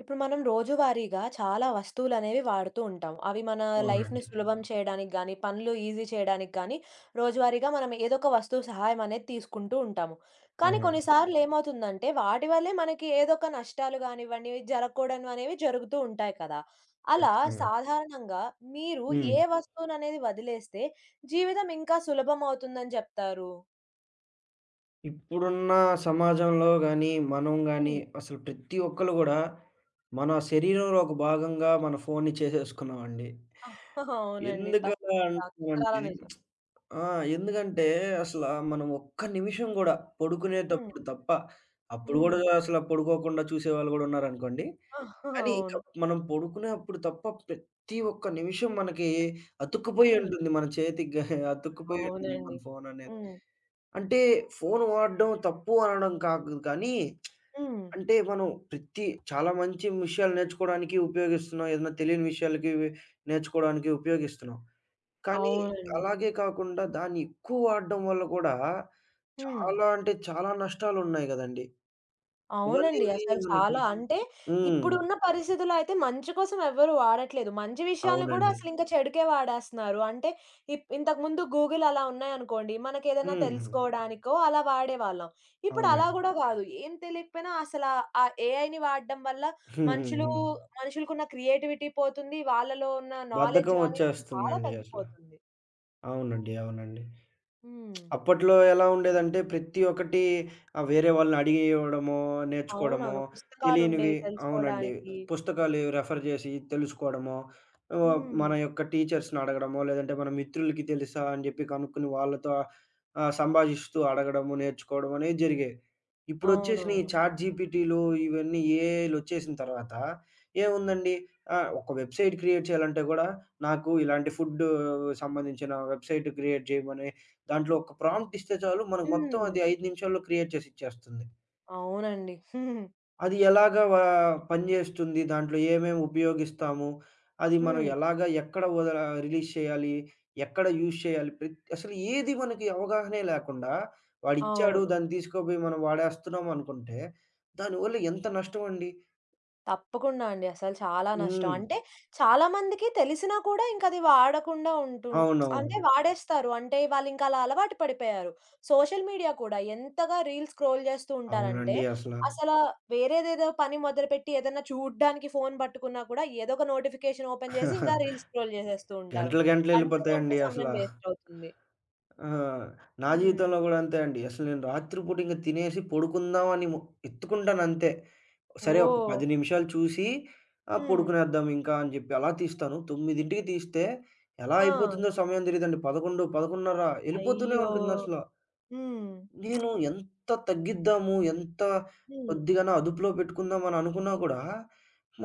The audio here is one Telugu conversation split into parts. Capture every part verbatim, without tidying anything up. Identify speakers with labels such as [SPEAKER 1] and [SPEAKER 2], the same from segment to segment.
[SPEAKER 1] ఇప్పుడు మనం రోజువారీగా చాలా వస్తువులనేవి వాడుతూ ఉంటాం. అవి మన లైఫ్‌ని
[SPEAKER 2] అవునండి.
[SPEAKER 1] సులభం హ్మ్. చేయడానికి గానీ, పనులు ఈజీ చేయడానికి గానీ, రోజువారీగా మనం ఏదో ఒక వస్తువు సహాయం అనేది తీసుకుంటూ ఉంటాము. కానీ
[SPEAKER 2] అవునండి.
[SPEAKER 1] కొన్నిసార్లు అవును. ఏమవుతుందంటే, వాటి వల్లే మనకి ఏదో ఒక నష్టాలు గానివ్వండి, జరగకూడనివి అనేవి జరుగుతూ ఉంటాయి కదా! అలా
[SPEAKER 2] ఖచ్చితంగా.
[SPEAKER 1] సాధారణంగా మీరు
[SPEAKER 2] హ్మ్.
[SPEAKER 1] ఏ వస్తువుననేది వదిలేస్తే జీవితం ఇంకా సులభం అవుతుందని చెప్తారు?
[SPEAKER 2] ఇప్పుడున్న సమాజంలో గాని, మనం గాని
[SPEAKER 1] హ్మ్.
[SPEAKER 2] అసలు ప్రతి ఒక్కళ్ళు గూడా మన శరీరంలో ఒక భాగంగా మన ఫోన్‌ని చేసేసుకున్నామండి.
[SPEAKER 1] అవునండి.
[SPEAKER 2] ఎందుకలా
[SPEAKER 1] తప్పకుండా అక్షరాల
[SPEAKER 2] అంటున్నానంటే
[SPEAKER 1] నిజం.
[SPEAKER 2] ఆ! ఎందుకంటే అసల మనం ఒక్క నిమిషం గూడా
[SPEAKER 1] హ్మ్.
[SPEAKER 2] పడుకునేటప్పుడు తప్ప, అప్పుడు
[SPEAKER 1] హ్మ్.
[SPEAKER 2] గూడా అసల పడుకోకుండా చూసేవాళ్ళు గూడా ఉన్నారనుకోండి. కానీ ఇంక మనం పడుకునేప్పుడు తప్ప ప్రతి ఒక్క నిమిషం మనకి అతుక్కుపోయి
[SPEAKER 1] అవును.
[SPEAKER 2] ఉంటుంది. మన చేతికి గాని అతుక్కుపోయి ఉంటుంది మన
[SPEAKER 1] అవునండి.
[SPEAKER 2] ఫోన్ అనేది.
[SPEAKER 1] హ్మ్.
[SPEAKER 2] అంటే ఫోన్ వాడడం తప్పు అనడం కాదు, కానీ
[SPEAKER 1] హ్మ్.
[SPEAKER 2] అంటే మనం ప్రతి చాలా మంచి విషయాలు నేర్చుకోవడానికి ఉపయోగిస్తున్నాం. ఏదైనా తెలియని విషయాలకి నేర్చుకోవడానికి ఉపయోగిస్తున్నాం. కానీ
[SPEAKER 1] అవునండి.
[SPEAKER 2] అలాగే కాకుండా దాన్ని ఎక్కువ వాడడం వల్ల కూడా
[SPEAKER 1] హ్మ్.
[SPEAKER 2] చాలా అంటే చాలా నష్టాలున్నాయి గదండీ!
[SPEAKER 1] అవునండి.
[SPEAKER 2] అవనేవి
[SPEAKER 1] అసలు
[SPEAKER 2] మనకి
[SPEAKER 1] చాలా అంటే
[SPEAKER 2] హ్మ్.
[SPEAKER 1] ఇప్పుడున్న పరిస్థితుల్లో అయితే మంచి కోసం ఎవ్వరు వాడట్లేదు. మంచి విషయాలను కూడా
[SPEAKER 2] అవునండి.
[SPEAKER 1] అసలింక చెడుకే వాడేస్తున్నారు. అంటే ఇప్ ఇంతకుముందు గూగుల్ అలా ఉన్నాయనుకోండి, మనకేదైనా
[SPEAKER 2] హ్మ్.
[SPEAKER 1] తెలుసుకోవడానికో అలా వాడేవాళ్ళం. ఇప్పుడు అలా
[SPEAKER 2] అవునండి.
[SPEAKER 1] గూడా గాదు. ఏం తెలియకపోయినా అసలా ఆ ఏఐని వాడడం వల్ల
[SPEAKER 2] హ్మ్. హ్మ్.
[SPEAKER 1] మనుషులు
[SPEAKER 2] హ్మ్.
[SPEAKER 1] మనుషులకున్న క్రియేటివిటీ పోతుంది. వాళ్ళలో ఉన్న నాలెడ్జ్
[SPEAKER 2] బద్ధకం
[SPEAKER 1] గాని అసలు చాలా
[SPEAKER 2] వచ్చేస్తుందండి అసల.
[SPEAKER 1] తగ్గిపోతుంది.
[SPEAKER 2] అవునండి. అవునండి.
[SPEAKER 1] హ్మ్.
[SPEAKER 2] అప్పట్లో ఎలా ఉండేదంటే ప్రతి ఒక్కటి ఆహ్, వేరే వాళ్ళని అడిగి ఇవ్వడమో, నేర్చుకోవడమో,
[SPEAKER 1] అవునవును.
[SPEAKER 2] తెలియనివి
[SPEAKER 1] పుస్తకాలుండేవి
[SPEAKER 2] అవునండి.
[SPEAKER 1] తెలుసుకోడానికి.
[SPEAKER 2] పుస్తకాలు రెఫర్ చేసి తెలుసుకోవడమో, ఆహ్,
[SPEAKER 1] హ్మ్.
[SPEAKER 2] మన యొక్క టీచర్స్‌ని అడగడమో, లేదంటే మన మిత్రులకి తెలుసా అని చెప్పి కనుక్కొని వాళ్ళతో ఆహ్, సంభాషిస్తూ అడగడము, నేర్చుకోవడం అనేవి జరిగేవి. ఇప్పుడొచ్చేసిన ఈ
[SPEAKER 1] అవునవును.
[SPEAKER 2] చాట్ జీపీటీలు ఇవన్నీ ఏఐలొచ్చేసిన తర్వాత ఏముందండి, ఆహ్, ఒక వెబ్‌సైట్ క్రియేట్ చేయాలంటే కూడా నాకు ఇలాంటి ఫుడ్ సంబంధించిన వెబ్‌సైట్ క్రియేట్ చేయమని దాంట్లో ఒక ప్రాంప్ట్ ఇస్తే చాలు, మనకు మొత్తం
[SPEAKER 1] హ్మ్.
[SPEAKER 2] అది ఐదు నిమిషాల్లో క్రియేట్ చేసి ఇచ్చేస్తుంది.
[SPEAKER 1] అవునండి. హ్మ్.
[SPEAKER 2] అది ఎలాగా వ పనిచేస్తుంది? దాంట్లో ఏమేమి ఉపయోగిస్తాము? అది మనం
[SPEAKER 1] హ్మ్.
[SPEAKER 2] ఎలాగా ఎక్కడ వదల రిలీజ్ చేయాలి? ఎక్కడ యూజ్ చేయాలి? ప్రతి అసలు ఏది మనకి అవగాహనే లేకుండా వాడిచ్చాడు,
[SPEAKER 1] అవును.
[SPEAKER 2] దాన్ని తీసుకోపోయి మనం వాడేస్తున్నాం అనుకుంటే దానివల్ల ఎంత నష్టం అండి.
[SPEAKER 1] తప్పకుండా అండి. అసలు చాలా నష్టం.
[SPEAKER 2] హ్మ్.
[SPEAKER 1] అంటే హ్మ్. చాలామందికి తెలిసినా కూడా ఇంకది వాడకుండా ఉంటుం
[SPEAKER 2] అవునవును.
[SPEAKER 1] అంటే వాడేస్తారు. అంటే వాళ్ళింక అలా అలవాటు పడిపోయారు. సోషల్ మీడియా కూడా ఎంతగా రీల్స్ స్క్రోల్ చేస్తూ ఉంటారంటే,
[SPEAKER 2] అవునండి అసల.
[SPEAKER 1] అసలా వేరేదేదో పని మొదలుపెట్టి ఏదన్నా చూడ్డానికి ఫోను పట్టుకున్నా కూడా ఏదో ఒక నోటిఫికేషన్ ఓపెన్ చేసి ఇంకా రీల్స్ స్క్రోల్ చేసేస్తూ ఉంటారు.
[SPEAKER 2] గంటలు గంటలు
[SPEAKER 1] గంటలు గంటలు
[SPEAKER 2] వెళ్ళిపోతాయండి అసల.
[SPEAKER 1] సమయం వేస్ట్ అవుతుంది.
[SPEAKER 2] ఆ! నా
[SPEAKER 1] హ్మ్.
[SPEAKER 2] జీవితంలో గూడా అంతే అండి. అసలు నేను రాత్రిపూట ఇంక తినేసి పడుకుందాం అని మొ ఎత్తుకుంటానంతే. సరే ఒక
[SPEAKER 1] ఓహ్!
[SPEAKER 2] పది నిమిషాలు చూసి ఆ!
[SPEAKER 1] హ్మ్.
[SPEAKER 2] పడుకునేద్దాం ఇంకా అని జెప్పి అలా తీస్తాను. తొమ్మిదికి తీస్తే ఎలా
[SPEAKER 1] ఆ!
[SPEAKER 2] అయిపోతుందో సమయం తెలీదండి. పదకొండు, పదకొండు ముప్పై ఎళ్ళిపోతూనే
[SPEAKER 1] అయ్యో!
[SPEAKER 2] ఉంటుందసల.
[SPEAKER 1] హ్మ్.
[SPEAKER 2] నేను ఎంత తగ్గిద్దాము, ఎంత
[SPEAKER 1] హ్మ్.
[SPEAKER 2] కొద్దిగాన అదుపులో పెట్టుకుందాం అని అనుకున్నా గూడా,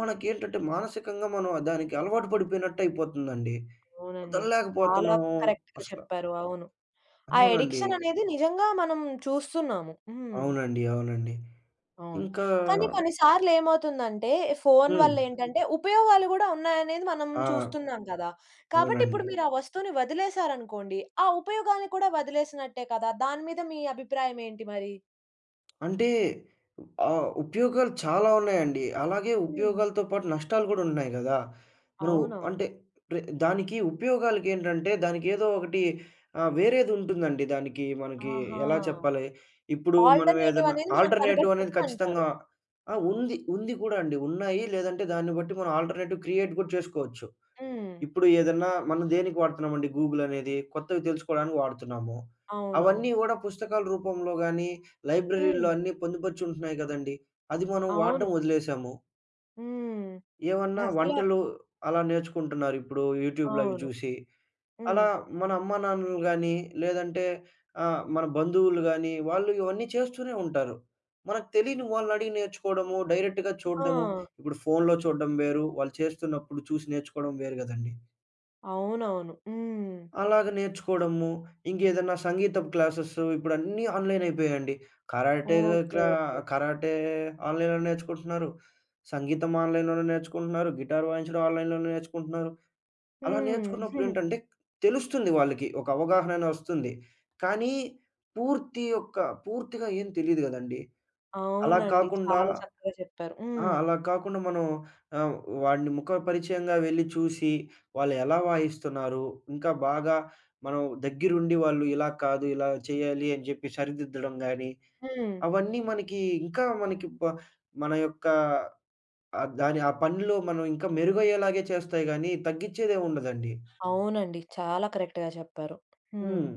[SPEAKER 2] మనకేంటంటే మానసికంగా మనం దానికి అలవాటు పడిపోయినట్టయిపోతుందండి.
[SPEAKER 1] అవునండి. చాలా
[SPEAKER 2] వదలలేకపోతున్నాము
[SPEAKER 1] కరెక్ట్‌గా
[SPEAKER 2] అసల.
[SPEAKER 1] చెప్పారు. అవును. ఆ
[SPEAKER 2] అవునండి.
[SPEAKER 1] అడిక్షన్ అనేది నిజంగా మనం చూస్తున్నాము. హ్మ్.
[SPEAKER 2] అవునండి. అవునండి.
[SPEAKER 1] అవును.
[SPEAKER 2] ఇంకా
[SPEAKER 1] కానీ కొన్ని సార్లు ఏమవుతుందంటే ఫోను
[SPEAKER 2] హ్మ్.
[SPEAKER 1] వల్లేంటంటే ఉపయోగాలు గూడా ఉన్నాయనేది మనం
[SPEAKER 2] ఆ!
[SPEAKER 1] చూస్తున్నాం కదా! కాబట్టి
[SPEAKER 2] అవునండి.
[SPEAKER 1] ఇప్పుడు మీరు ఆ వస్తువుని వదిలేసారనుకోండి, ఆ ఉపయోగాన్ని కూడా వదిలేసినట్టే కదా! దాని మీద మీ అభిప్రాయం ఏంటి మరి?
[SPEAKER 2] అంటే ఆహ్, ఉపయోగాలు చాలా ఉన్నాయండి. అలాగే
[SPEAKER 1] హ్మ్.
[SPEAKER 2] ఉపయోగాలతో పాటు నష్టాలు గూడా ఉన్నాయి గదా! మనం
[SPEAKER 1] అవునవును.
[SPEAKER 2] అంటే ప్రె దానికి ఉపయోగాలకేంటంటే దానికేదో ఒకటి ఆహ్, వేరేదుంటుందండి దానికి మనకి.
[SPEAKER 1] ఆహా!
[SPEAKER 2] ఎలా చెప్పాలి? ఇప్పుడు మనం
[SPEAKER 1] ఆల్టర్‌నేటివ్
[SPEAKER 2] ఏదన్నా
[SPEAKER 1] అనేది మనం
[SPEAKER 2] ఆల్టర్‌నేటివ్ అనేది
[SPEAKER 1] కనిపెట్టొచ్చు అంటారు.
[SPEAKER 2] ఖచ్చితంగా ఆ! ఉంది. ఉంది కూడా అండి. ఉన్నాయి. లేదంటే దాన్ని బట్టి మనం ఆల్టర్‌నేటివ్ క్రియేట్ గూడా చేసుకోవచ్చు.
[SPEAKER 1] హ్మ్.
[SPEAKER 2] ఇప్పుడు ఏదన్నా మనం దేనికి వాడుతున్నామండి గూగుల్ అనేది? కొత్తవి తెలుసుకోడానికి వాడుతున్నాము.
[SPEAKER 1] అవునవును.
[SPEAKER 2] అవన్నీ గూడా పుస్తకాల రూపంలో గానీ, లైబ్రరీల్లో
[SPEAKER 1] హ్మ్.
[SPEAKER 2] అన్నీ పొందుపరిచి ఉంటున్నాయి గదండీ! అది మనం
[SPEAKER 1] అవును.
[SPEAKER 2] వాడడం వదిలేసాము.
[SPEAKER 1] హ్మ్.
[SPEAKER 2] ఏమన్నా
[SPEAKER 1] అసల
[SPEAKER 2] వంటలు అలా నేర్చుకుంటున్నారు ఇప్పుడు యూట్యూబ్‌లో అవి
[SPEAKER 1] అవును.
[SPEAKER 2] చూసి.
[SPEAKER 1] హ్మ్.
[SPEAKER 2] అలా మన అమ్మానాన్నలు గానీ, లేదంటే ఆహ్, మన బంధువులు గానీ, వాళ్ళు ఇవన్నీ చేస్తూనే ఉంటారు. మనకు తెలీని వాళ్ళనడిగి నేర్చుకోవడము, డైరెక్ట్‌గా
[SPEAKER 1] ఆ!
[SPEAKER 2] చూడడము, ఇప్పుడు ఫోన్‌లో చూడడం వేరు, వాళ్ళు చేస్తున్నప్పుడు చూసి నేర్చుకోవడం వేరు గదండీ!
[SPEAKER 1] అవునవును. హ్మ్.
[SPEAKER 2] అలాగ నేర్చుకోవడము. ఇంకేదన్నా సంగీతపు క్లాసెస్ ఇప్పుడన్నీ ఆన్‌లైన్ అయిపోయాయండి. Karate
[SPEAKER 1] okay.
[SPEAKER 2] క్లా
[SPEAKER 1] ఓకే.
[SPEAKER 2] కరాటే ఆన్‌లైన్‌లో నేర్చుకుంటున్నారు. సంగీతం ఆన్‌లైన్‌లోనే నేర్చుకుంటున్నారు. గిటార్ వాయించడం ఆన్‌లైన్‌లోనే నేర్చుకుంటున్నారు. అలా
[SPEAKER 1] హ్మ్.
[SPEAKER 2] నేర్చుకున్నప్పుడేంటంటే తెలుస్తుంది వాళ్ళకి. ఒక అవగాహన అనేది వస్తుంది. కానీ పూర్తి యొక్క పూర్తిగా ఏం తెలీదు గదండీ. అలా
[SPEAKER 1] అవునండి.
[SPEAKER 2] కాకుండా
[SPEAKER 1] చాలా చక్కగా చెప్పారు.
[SPEAKER 2] ఆ!
[SPEAKER 1] హ్మ్.
[SPEAKER 2] అలా కాకుండా మనం ఆహ్, వాడిని ముఖపరిచయంగా వెళ్లి చూసి, వాళ్ళు ఎలా వాయిస్తున్నారు, ఇంకా బాగా మనం దగ్గరుండి వాళ్ళు ఇలా కాదు, ఇలా చేయాలి అని చెప్పి సరిదిద్దడం గానీ,
[SPEAKER 1] హ్మ్.
[SPEAKER 2] అవన్నీ మనకి ఇంకా మనకి
[SPEAKER 1] హ్మ్.
[SPEAKER 2] ప మన యొక్క ఆహ్, దాని ఆ పనిలో మనం ఇంకా మెరుగయ్యేలాగే చేస్తాయి గానీ, తగ్గిచ్చేదేం ఉండదండి.
[SPEAKER 1] అవునండి. చాలా కరెక్ట్‌గా చెప్పారు. హ్మ్.
[SPEAKER 2] హ్మ్.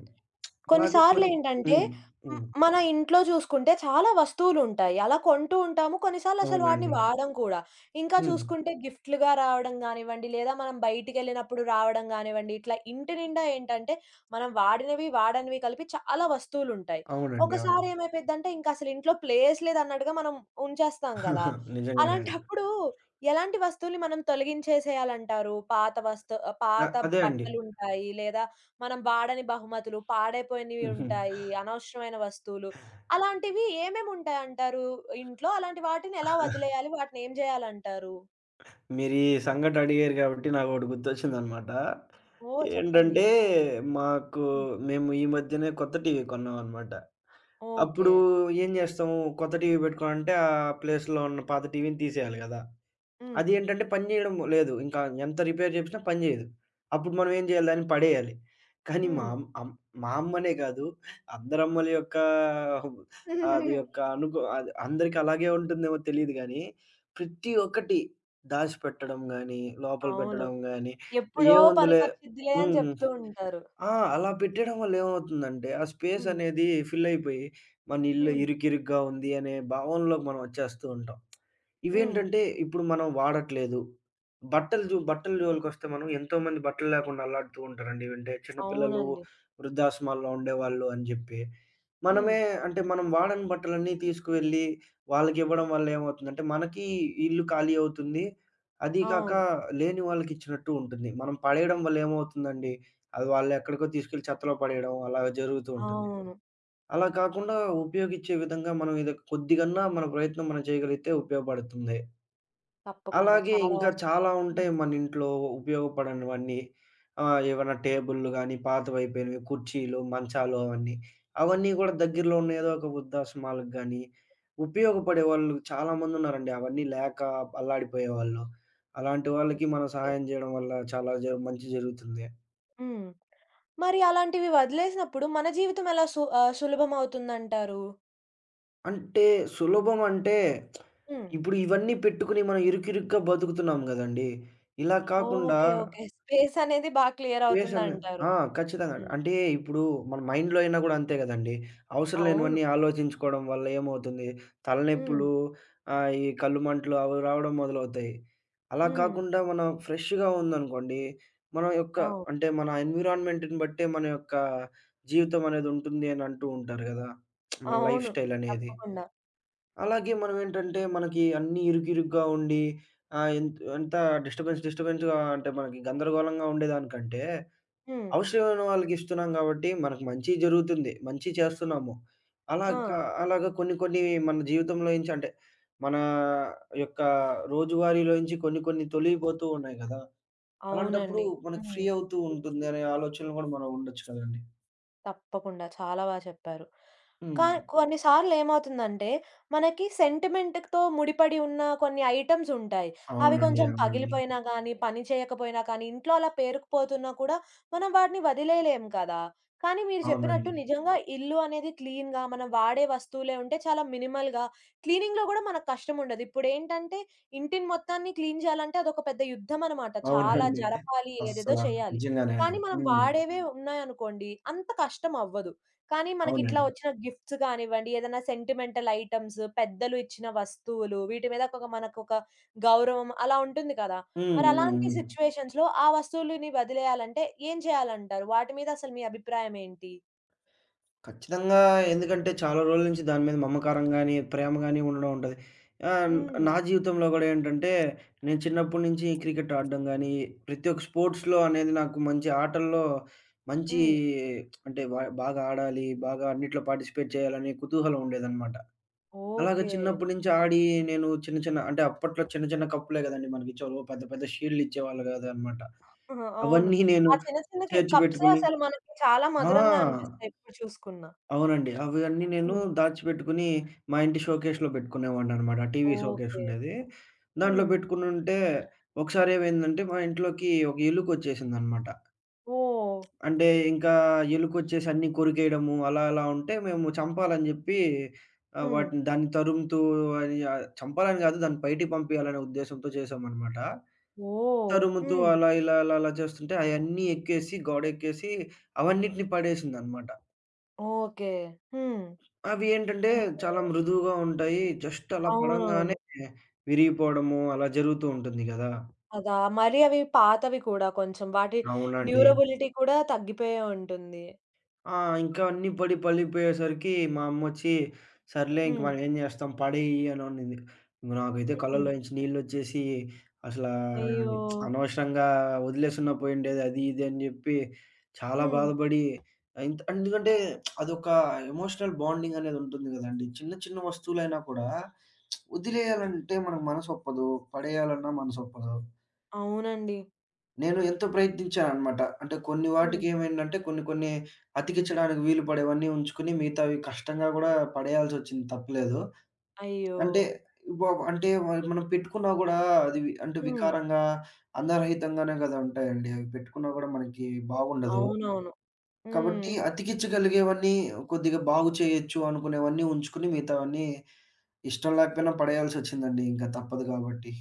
[SPEAKER 2] అలాగే కొన్ని
[SPEAKER 1] కొన్నిసార్లేంటంటే
[SPEAKER 2] హ్మ్.
[SPEAKER 1] హ్మ్,
[SPEAKER 2] హ్మ్.
[SPEAKER 1] మన ఇంట్లో చూసుకుంటే చాలా వస్తువులుంటాయి. అలా కొంటూ ఉంటాము. కొన్నిసార్లు అసలు వాటిని
[SPEAKER 2] అవునండి.
[SPEAKER 1] వాడం కూడా. ఇంకా
[SPEAKER 2] హ్మ్.
[SPEAKER 1] చూసుకుంటే గిఫ్ట్‌లుగా రావడం గానివ్వండి, లేదా మనం బయటికెళ్ళినప్పుడు రావడం గానివ్వండి, ఇట్లా ఇంటి నిండా ఏంటంటే మనం వాడినవి, వాడనివి కలిపి చాలా వస్తువులుంటాయి.
[SPEAKER 2] అవునండి. అవును.
[SPEAKER 1] ఒకసారి ఏమైపోయిద్దంటే ఇంక అసలు ఇంట్లో ప్లేస్ లేదన్నట్టుగా మనం ఉంచేస్తాం గదా!
[SPEAKER 2] నిజంగానే అండి.
[SPEAKER 1] అలాంటప్పుడు ఎలాంటి వస్తువుల్ని మనం తొలగించేసేయాలంటారు? పాత వస్తు ఆహ్,
[SPEAKER 2] అ
[SPEAKER 1] పాత
[SPEAKER 2] అదే అండి.
[SPEAKER 1] బట్టలుంటాయి లేదా మనం వాడని బహుమతులు, పాడైపోయినవి
[SPEAKER 2] హుహు.
[SPEAKER 1] ఉంటాయి, అనవసరమైన వస్తువులు. అలాంటివి ఏమేముంటాయంటారు ఇంట్లో? అలాంటి వాటిని ఎలా వదిలేయాలి? వాటిని ఏం జేయాలంటారు?
[SPEAKER 2] మీరు ఈ సంఘటన అడిగారు కాబట్టి నాకొకటి గుర్తొచ్చిందనమాట.
[SPEAKER 1] ఓహ్! చెప్పండి.
[SPEAKER 2] ఏంటంటే, మాకు
[SPEAKER 1] హ్మ్.
[SPEAKER 2] మేము ఈ మధ్యనే కొత్త టీవీ కొన్నామనమాట.
[SPEAKER 1] ఓకే.
[SPEAKER 2] అప్పుడు ఏం జేస్తాము, కొత్త టీవీ పెట్టుకోవాలంటే, ఆ ప్లేస్‌లో ఉన్న పాత టీవీని తీసేయాలి గదా!
[SPEAKER 1] హ్మ్.
[SPEAKER 2] అది ఏంటంటే పని జేయడం లేదు. ఇంకా ఎంత రిపేర్ జేపించినా పని జేయదు. అప్పుడు మనం ఏం జేయాలి? దాన్ని పడేయాలి. కానీ మా
[SPEAKER 1] హ్మ్.
[SPEAKER 2] అమ్ అమ్ మా అమ్మనే గాదు, అందరమ్మల యొక్క అది యొక్క అనుకో అది అందరికి అలాగే ఉంటుందేమో తెలీదు గానీ, ప్రతి ఒక్కటి దాచిపెట్టడం గానీ, లోపల
[SPEAKER 1] అవును.
[SPEAKER 2] పెట్టడం గానీ,
[SPEAKER 1] ఎప్పుడో
[SPEAKER 2] ఏముందిలే
[SPEAKER 1] పనికొచ్చిద్దిలే అని
[SPEAKER 2] హ్మ్.
[SPEAKER 1] చెప్తూ ఉంటారు.
[SPEAKER 2] ఆ! అలా పెట్టేయడం వల్ల ఏమవుతుందంటే, ఆ స్పేస్
[SPEAKER 1] హ్మ్.
[SPEAKER 2] అనేది ఫిల్ అయిపోయి, మన ఇల్లు
[SPEAKER 1] హ్మ్.
[SPEAKER 2] ఇరుకిరుగ్గా ఉంది అనే భావనలోకి మనం వచ్చేస్తూ ఉంటాం.
[SPEAKER 1] హ్మ్.
[SPEAKER 2] ఇవేంటంటే ఇప్పుడు మనం వాడట్లేదు. బట్టలు జో బట్టల జోలికొస్తే మనం ఎంతోమంది బట్టలు లేకుండా అల్లాడుతూ ఉంటారండి. అంటే చిన్న పిల్లలు,
[SPEAKER 1] అవునండి.
[SPEAKER 2] వృద్ధాశ్రమాల్లో ఉండేవాళ్ళు అని చెప్పి.
[SPEAKER 1] హ్మ్.
[SPEAKER 2] మనమే అంటే మనం వాడని బట్టలన్నీ తీసుకువెళ్ళి వాళ్ళకివ్వడం వల్ల ఏమవుతుందంటే, మనకి ఇల్లు ఖాళీ అవుతుంది. అది కాక
[SPEAKER 1] అవును.
[SPEAKER 2] లేని వాళ్ళకిచ్చినట్టు ఉంటుంది. మనం పడేయడం వల్ల ఏమవుతుందండి, అది వాళ్ళెక్కడికో తీసుకెళ్ళి చెత్తలో పడేయడం అలా జరుగుతూ ఉంటుంది.
[SPEAKER 1] అవును.
[SPEAKER 2] అలా కాకుండా ఉపయోగించే విధంగా మనం ఇది కొద్దిగన్నా మన ప్రయత్నం మనం చేయగలిగితే ఉపయోగపడుతుంది.
[SPEAKER 1] తప్పకుండా.
[SPEAKER 2] అలాగే
[SPEAKER 1] చాలా బా
[SPEAKER 2] ఇంకా చాలా
[SPEAKER 1] చెప్పారు.
[SPEAKER 2] ఉంటాయి
[SPEAKER 1] హ్మ్.
[SPEAKER 2] మన ఇంట్లో ఉపయోగపడనివన్నీ. ఆహ్, ఏవన్నా టేబుల్లు గానీ, పాతవయిపోయినవి, కుర్చీలు, మంచాలు అవన్నీ. అవన్నీ గూడా దగ్గరలో ఉన్న ఏదో ఒక వృద్ధాశ్రమాలకు గానీ, ఉపయోగపడే వాళ్ళు చాలా మందున్నారండి. అవన్నీ లేక అల్లాడిపోయేవాళ్ళు. అలాంటి వాళ్ళకి మనం
[SPEAKER 1] ఓకే.
[SPEAKER 2] సహాయం జేయడం వల్ల చాలా జ మంచి జరుగుతుంది.
[SPEAKER 1] హ్మ్. మరి అలాంటివి వదిలేసినప్పుడు మన జీవితం ఎలా సు ఆహ్, సులభమవుతుందంటారు?
[SPEAKER 2] అంటే సులభం అంటే,
[SPEAKER 1] హ్మ్.
[SPEAKER 2] ఇప్పుడు ఇవన్నీ పెట్టుకొని మనం ఇరుకిరుగ్గా బతుకుతున్నాం గదండీ! ఇలా కాకుండా
[SPEAKER 1] ఓకే. ఓకే. స్పేస్ అనేది బా క్లియర్
[SPEAKER 2] స్పేస్ అనే
[SPEAKER 1] అవుతుందంటారు.
[SPEAKER 2] ఆ! ఖచ్చితంగా.
[SPEAKER 1] హ్మ్.
[SPEAKER 2] అంటే ఇప్పుడు మన మైండ్‌లో అయినా గూడా అంతే గదండీ! అవసరం
[SPEAKER 1] అవును.
[SPEAKER 2] లేనివన్నీ ఆలోచించుకోవడం వల్ల ఏమవుతుంది,
[SPEAKER 1] హ్మ్.
[SPEAKER 2] తలనొప్పులు ఆహ్, ఈ కళ్ళు మంటలు అవి రావడం మొదలవుతాయి. అలా
[SPEAKER 1] హ్మ్.
[SPEAKER 2] కాకుండా మనం ఫ్రెష్‌గా ఉందనుకోండి, మన యొక్క
[SPEAKER 1] అవు
[SPEAKER 2] అంటే మన ఎన్విరాన్మెంట్‌ని బట్టే మన యొక్క జీవితం అనేది ఉంటుంది అని అంటూ ఉంటారు గదా! మన లైఫ్
[SPEAKER 1] అవును.
[SPEAKER 2] స్టైల్ అనేది.
[SPEAKER 1] తప్పకుండా.
[SPEAKER 2] అలాగే మనమేంటంటే, మనకి అన్నీ ఇరుకిరుగ్గా ఉండి ఆహ్, ఎంత్ అంతా డిస్టర్బెన్స్ డిస్టర్బెన్స్‌గా అంటే, మనకి గందరగోళంగా ఉండేదానికంటే,
[SPEAKER 1] హ్మ్.
[SPEAKER 2] అవసరమైన వాళ్ళకిస్తున్నాం కాబట్టి, మనకు మంచి జరుగుతుంది. మంచి చేస్తున్నాము.
[SPEAKER 1] ఆ!
[SPEAKER 2] అలాగా అలాగా కొన్ని కొన్ని మన జీవితంలోంచి అంటే, మన యొక్క రోజువారీలోంచి కొన్ని కొన్ని తొలగిపోతూ ఉన్నాయి గదా! అలాంటప్పుడు
[SPEAKER 1] అవునండి.
[SPEAKER 2] మనకు ఫ్రీ
[SPEAKER 1] హ్మ్.
[SPEAKER 2] అవుతూ ఉంటుంది అనే ఆలోచనలో గూడా మనం ఉండొచ్చు కదండీ!
[SPEAKER 1] తప్పకుండా. చాలా బా చెప్పారు. కా
[SPEAKER 2] హ్మ్.
[SPEAKER 1] కొన్నిసార్లు ఏమవుతుందంటే, మనకి సెంటిమెంట్‌తో ముడిపడి ఉన్న కొన్ని ఐటెమ్స్ ఉంటాయి. అవి
[SPEAKER 2] అవునండి.
[SPEAKER 1] కొంచెం హ్మ్.
[SPEAKER 2] అవునండి.
[SPEAKER 1] పగిలిపోయినా గానీ, పని చేయకపోయినా కానీ, ఇంట్లో అలా పేరుకుపోతున్నా కూడా మనం వాటిని వదిలేయలేం కదా! కానీ మీరు చెప్పినట్టు
[SPEAKER 2] అవునండి.
[SPEAKER 1] నిజంగా ఇల్లు అనేది క్లీన్‌గా మనం వాడే వస్తువులే ఉంటే చాలా మినిమల్‌గా క్లీనింగ్‌లో గూడా మనకు కష్టముండదు. ఇప్పుడేంటంటే ఇంటిని మొత్తాన్ని క్లీన్ చేయాలంటే అదొక పెద్ద యుద్ధం అన్నమాట. చాలా
[SPEAKER 2] అవునండి.
[SPEAKER 1] జరపాలి, ఏదేదో
[SPEAKER 2] అస్సల
[SPEAKER 1] చేయాలి.
[SPEAKER 2] నిజంగానే
[SPEAKER 1] కానీ
[SPEAKER 2] అండి.
[SPEAKER 1] మనం
[SPEAKER 2] హ్మ్.
[SPEAKER 1] వాడేవే ఉన్నాయనుకోండి, అంత కష్టం అవ్వదు. కానీ మనకిట్లా
[SPEAKER 2] అవునండి.
[SPEAKER 1] వచ్చిన గిఫ్ట్స్ కానివ్వండి, ఏదైనా సెంటిమెంటల్ ఐటెమ్స్, పెద్దలు ఇచ్చిన వస్తువులు, వీటి మీద ఒక మనకొక గౌరవం అలా ఉంటుంది కదా!
[SPEAKER 2] హ్మ్.
[SPEAKER 1] మరి
[SPEAKER 2] హ్మ్.
[SPEAKER 1] అలాంటి
[SPEAKER 2] హ్మ్.
[SPEAKER 1] సిట్యుయేషన్స్‌లో ఆ వస్తువులని వదిలేయాలంటే ఏం చేయాలంటారు? వాటి మీద అసలు మీ అభిప్రాయం ఏంటి?
[SPEAKER 2] ఖచ్చితంగా, ఎందుకంటే చాలా రోజుల నుంచి దాని మీద మమకారం గాని, ప్రేమ గాని ఉండడం ఉంటది. ఆహ్,
[SPEAKER 1] హ్మ్.
[SPEAKER 2] నా జీవితంలో గూడా ఏంటంటే నేను చిన్నప్పటి నుంచి క్రికెట్ ఆడడం గాని, ప్రతి ఒక్క స్పోర్ట్స్‌లో అనేది నాకు మంచి ఆటల్లో మంచి
[SPEAKER 1] హ్మ్.
[SPEAKER 2] అంటే బా బాగా ఆడాలి, బాగా అన్నిట్లో పార్టిసిపేట్ చేయాలనే కుతూహలం ఉండేదనమాట. అలాగే
[SPEAKER 1] ఓకే.
[SPEAKER 2] చిన్నప్పటి నుంచి ఆడి నేను చిన్న చిన్న అంటే అప్పట్లో చిన్న చిన్న కప్పులే గదండీ మనకిచ్చేవాళ్ళు. పెద్ద పెద్ద షీల్డ్‌లిచ్చేవాళ్ళు గాదనమాట.
[SPEAKER 1] ఆహా! అవును.
[SPEAKER 2] అవన్నీ
[SPEAKER 1] ఆ
[SPEAKER 2] నేను
[SPEAKER 1] చిన్న చిన్న కి
[SPEAKER 2] చేర్చి
[SPEAKER 1] కప్సే
[SPEAKER 2] పెట్టుకుని
[SPEAKER 1] అసలు మనకి చాలా
[SPEAKER 2] ఆ!
[SPEAKER 1] మధురంగా అనిపిస్తాయి ఇప్పుడు చూసుకున్నా.
[SPEAKER 2] అవునండి. అవన్నీ నేను
[SPEAKER 1] హ్మ్.
[SPEAKER 2] దాచిపెట్టుకుని మా ఇంటి షోకేస్‌లో పెట్టుకునేవాడిననమాట. TV showcase
[SPEAKER 1] okay.
[SPEAKER 2] ఉండేది. దాంట్లో
[SPEAKER 1] హ్మ్.
[SPEAKER 2] పెట్టుకునుంటే ఒకసారేమైందంటే మా ఇంట్లోకి ఒక ఎలుకొచ్చేసిందనమాట.
[SPEAKER 1] ఓహ్!
[SPEAKER 2] అంటే ఇంకా ఎలుకొచ్చేసి అన్నీ కొరికేయడము అలా అలా ఉంటే మేము చంపాలని జెప్పి ఆహ్,
[SPEAKER 1] హ్మ్.
[SPEAKER 2] వాటిని దాన్ని తరుముతూ అది ఆహ్, చంపాలని గాదు దాన్ని బయటికి పంపియాలనే ఉద్దేశ్యంతో చేశామనమాట.
[SPEAKER 1] ఓహ్!
[SPEAKER 2] తరుముతూ
[SPEAKER 1] హ్మ్.
[SPEAKER 2] అలా, ఇలా, అలా, అలా చేస్తుంటే అయన్నీ ఎక్కేసి, గోడెక్కేసి అవన్నిటిని పడేసిందనమాట.
[SPEAKER 1] ఓకే. హ్మ్.
[SPEAKER 2] అవి ఏంటంటే
[SPEAKER 1] అయ్యో!
[SPEAKER 2] చాలా మృదువుగా ఉంటాయి. జస్ట్ అలా
[SPEAKER 1] అవునవును.
[SPEAKER 2] పడంగానే విరిగిపోవడము అలా జరుగుతూ ఉంటుంది గదా!
[SPEAKER 1] కదా! మరి అవి పాతవి కూడా కొంచెం వాటి
[SPEAKER 2] అవునండి.
[SPEAKER 1] డ్యూరబిలిటీ కూడా తగ్గిపోయే ఉంటుంది.
[SPEAKER 2] ఆ! ఇంకా అన్నీ పడి పలిపోయేసరికి మా అమ్మొచ్చి, "సర్లే ఇంక
[SPEAKER 1] హ్మ్.
[SPEAKER 2] మనం ఏం జేస్తాం పడేయి" అని అనింది. ఇంక నాకైతే
[SPEAKER 1] హ్మ్.
[SPEAKER 2] కళ్ళల్లో నుంచి నీళ్లొచ్చేసి అసలా
[SPEAKER 1] అయ్యో!
[SPEAKER 2] అనవసరంగా వదిలేసున్నా పోయుండేది అది ఇది అని జెప్పి చాలా
[SPEAKER 1] హ్మ్.
[SPEAKER 2] బాధపడి ఇంత ఎందుకంటే అదొక ఎమోషనల్ బాండింగ్ అనేది ఉంటుంది గదండీ. చిన్న చిన్న వస్తువులైనా కూడా వదిలేయాలంటే మనకు మనసొప్పదు. పడేయాలన్నా మనసొప్పదు.
[SPEAKER 1] అవునండి.
[SPEAKER 2] నేను ఎంతో ప్రయత్నించాననమాట. అంటే కొన్ని
[SPEAKER 1] హ్మ్.
[SPEAKER 2] వాటికేమైందంటే కొన్ని కొన్ని అతికిచ్చడానికి వీలు పడేవన్నీ ఉంచుకొని మిగతావి కష్టంగా గూడా పడేయాల్సొచ్చింది తప్పులేదు.
[SPEAKER 1] అయ్యో!
[SPEAKER 2] అంటే బాబ్ అంటే మరి మనం పెట్టుకున్నా గూడా అది వి అంటే
[SPEAKER 1] హ్మ్.
[SPEAKER 2] వికారంగా, అందరహితంగానే గదా ఉంటాయండి. అవి పెట్టుకున్నా గూడా మనకి బాగుండదు.
[SPEAKER 1] అవునవును. హ్మ్.
[SPEAKER 2] కాబట్టి అతికిచ్చగలిగేవన్నీ కొద్దిగా బాగు చేయొచ్చు అనుకునేవన్నీ ఉంచుకొని మిగతావన్నీ ఇష్టం లేకపోయినా పడేయాల్సొచ్చిందండి. ఇంకా తప్పదు గాబట్టి.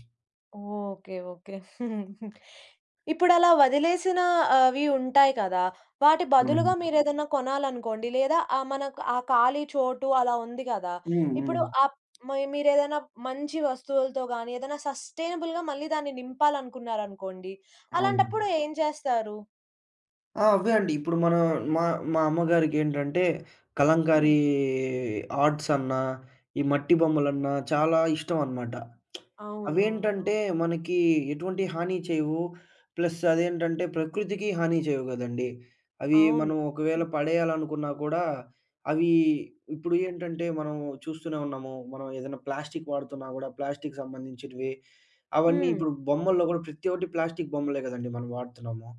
[SPEAKER 1] ఓకే. ఓకే. ఇప్పుడలా వదిలేసిన ఆ, అవి ఉంటాయి కదా! వాటి బదులుగా
[SPEAKER 2] అవునండి.
[SPEAKER 1] మీరేదన్నా కొనాలనుకోండి, లేదా ఆహ్, మనకు ఆ ఖాళీ చోటు అలా ఉంది కదా!
[SPEAKER 2] హ్మ్. హ్మ్.
[SPEAKER 1] ఇప్పుడు ఆప్ మరి మీరేదైనా మంచి వస్తువులతో గానీ, ఏదైనా సస్టైనబుల్‌గా మళ్ళీ దాన్ని నింపాలనుకున్నారనుకోండి, అలాంటప్పుడు
[SPEAKER 2] అవునండి.
[SPEAKER 1] ఏం చేస్తారు?
[SPEAKER 2] ఆ! అవే అండి. ఇప్పుడు మన మా మా అమ్మగారికేంటంటే,
[SPEAKER 1] హ్మ్.
[SPEAKER 2] కలంకారీ ఆర్ట్స్ అన్నా, ఈ మట్టి బొమ్మలన్నా చాలా ఇష్టం అనమాట.
[SPEAKER 1] అవునవును.
[SPEAKER 2] అవేంటంటే, మనకి ఎటువంటి హాని చేయవు. ప్లస్ అదేంటంటే, ప్రకృతికి హాని చేయవు గదండీ. అవి
[SPEAKER 1] అవును.
[SPEAKER 2] మనం ఒకవేళ పడేయాలనుకున్నా కూడా, అవి ఇప్పుడు ఏంటంటే, మనం చూస్తూనే ఉన్నాము. మనం ఏదైనా ప్లాస్టిక్ వాడుతున్నా గూడా, ప్లాస్టిక్ సంబంధించినవి అవన్నీ
[SPEAKER 1] హ్మ్.
[SPEAKER 2] ఇప్పుడు బొమ్మల్లో గూడా ప్రతి ఒక్కటి ప్లాస్టిక్ బొమ్మలే గదండీ మనం వాడుతున్నాము.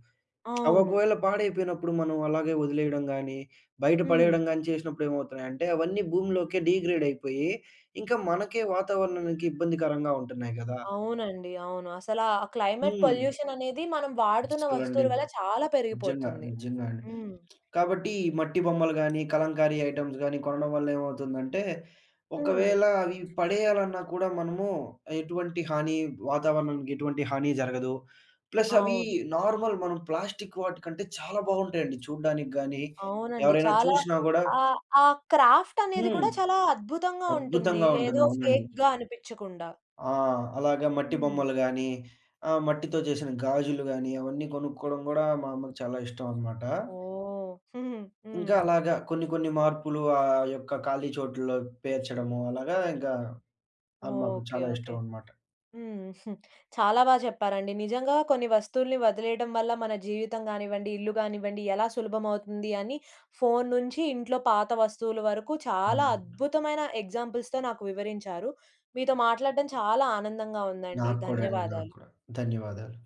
[SPEAKER 2] అవి
[SPEAKER 1] అవును.
[SPEAKER 2] ఒకవేళ పాడైపోయినప్పుడు మనం అలాగే వదిలేయడం గానీ, బయట
[SPEAKER 1] హ్మ్.
[SPEAKER 2] పడేయడం గానీ చేసినప్పుడు ఏమవుతున్నాయంటే, అవన్నీ భూమిలోకే డీగ్రేడ్ అయిపోయి, ఇంకా మనకే వాతావరణానికి ఇబ్బందికరంగా ఉంటున్నాయి గదా!
[SPEAKER 1] అవునండి. అవును. అసలా ఆ క్లైమేట్
[SPEAKER 2] హ్మ్.
[SPEAKER 1] పొల్యూషన్ అనేది మనం వాడుతున్న
[SPEAKER 2] అస్సలండి.
[SPEAKER 1] వస్తువుల వల్ల చాలా
[SPEAKER 2] నిజంగా.
[SPEAKER 1] పెరిగిపోతుంది.
[SPEAKER 2] నిజంగా అండి.
[SPEAKER 1] హ్మ్.
[SPEAKER 2] కాబట్టి ఈ మట్టి బొమ్మలు గానీ, కలంకారీ ఐటెమ్స్ గానీ కొనడం వల్ల ఏమవుతుందంటే,
[SPEAKER 1] హ్మ్.
[SPEAKER 2] ఒకవేళ అవి పడేయాలన్నా కూడా మనము ఎటువంటి హాని వాతావరణానికి ఎటువంటి హాని జరగదు. ప్లస్ అవి
[SPEAKER 1] అవును.
[SPEAKER 2] నార్మల్ మనం ప్లాస్టిక్ వాటి కంటే చాలా బాగుంటాయండి చూడ్డానికి గానీ,
[SPEAKER 1] అవునండి.
[SPEAKER 2] ఎవరైనా
[SPEAKER 1] చాలా
[SPEAKER 2] చూషినా గూడా
[SPEAKER 1] ఆహ్, ఆ క్రాఫ్ట్ అనేది
[SPEAKER 2] హ్మ్.
[SPEAKER 1] కూడా చాలా అద్భుతంగా ఉంటుంది.
[SPEAKER 2] అద్భుతంగా ఉంటుంది.
[SPEAKER 1] ఏదో
[SPEAKER 2] అవునండి.
[SPEAKER 1] ఫేక్‌గా అనిపించకుండా.
[SPEAKER 2] ఆ! అలాగా మట్టి
[SPEAKER 1] హ్మ్.
[SPEAKER 2] బొమ్మలు గానీ, ఆహ్, మట్టితో చేసిన గాజులు గానీ, అవన్నీ కొనుక్కోవడం గూడా మా అమ్మకి చాలా ఇష్టం అనమాట.
[SPEAKER 1] ఓహ్! హ్మ్.
[SPEAKER 2] ఇంకా
[SPEAKER 1] హ్మ్.
[SPEAKER 2] అలాగా కొన్ని కొన్ని మార్పులు ఆ యొక్క ఖాళీ చోటుల్లో పేర్చడము అలాగా ఇంకా అది మాకు
[SPEAKER 1] ఓకే.
[SPEAKER 2] చాలా
[SPEAKER 1] ఓకే.
[SPEAKER 2] ఇష్టం అనమాట.
[SPEAKER 1] ఉమ్, హ్మ్. చాలా బా చెప్పారండి. నిజంగా కొన్ని వస్తువుల్ని వదిలేయడం వల్ల మన జీవితం గానివ్వండి, ఇల్లు గానివ్వండి ఎలా సులభమవుతుంది అని ఫోను నుంచి ఇంట్లో పాత వస్తువుల వరకు చాలా
[SPEAKER 2] హ్మ్.
[SPEAKER 1] అద్భుతమైన ఎగ్జాంపుల్స్‌తో నాకు వివరించారు. మీతో మాట్లాడడం చాలా ఆనందంగా ఉందండి.
[SPEAKER 2] నాకు కూడా అండి. నాకు
[SPEAKER 1] ధన్యవాదాలు.
[SPEAKER 2] కూడా. ధన్యవాదాలు.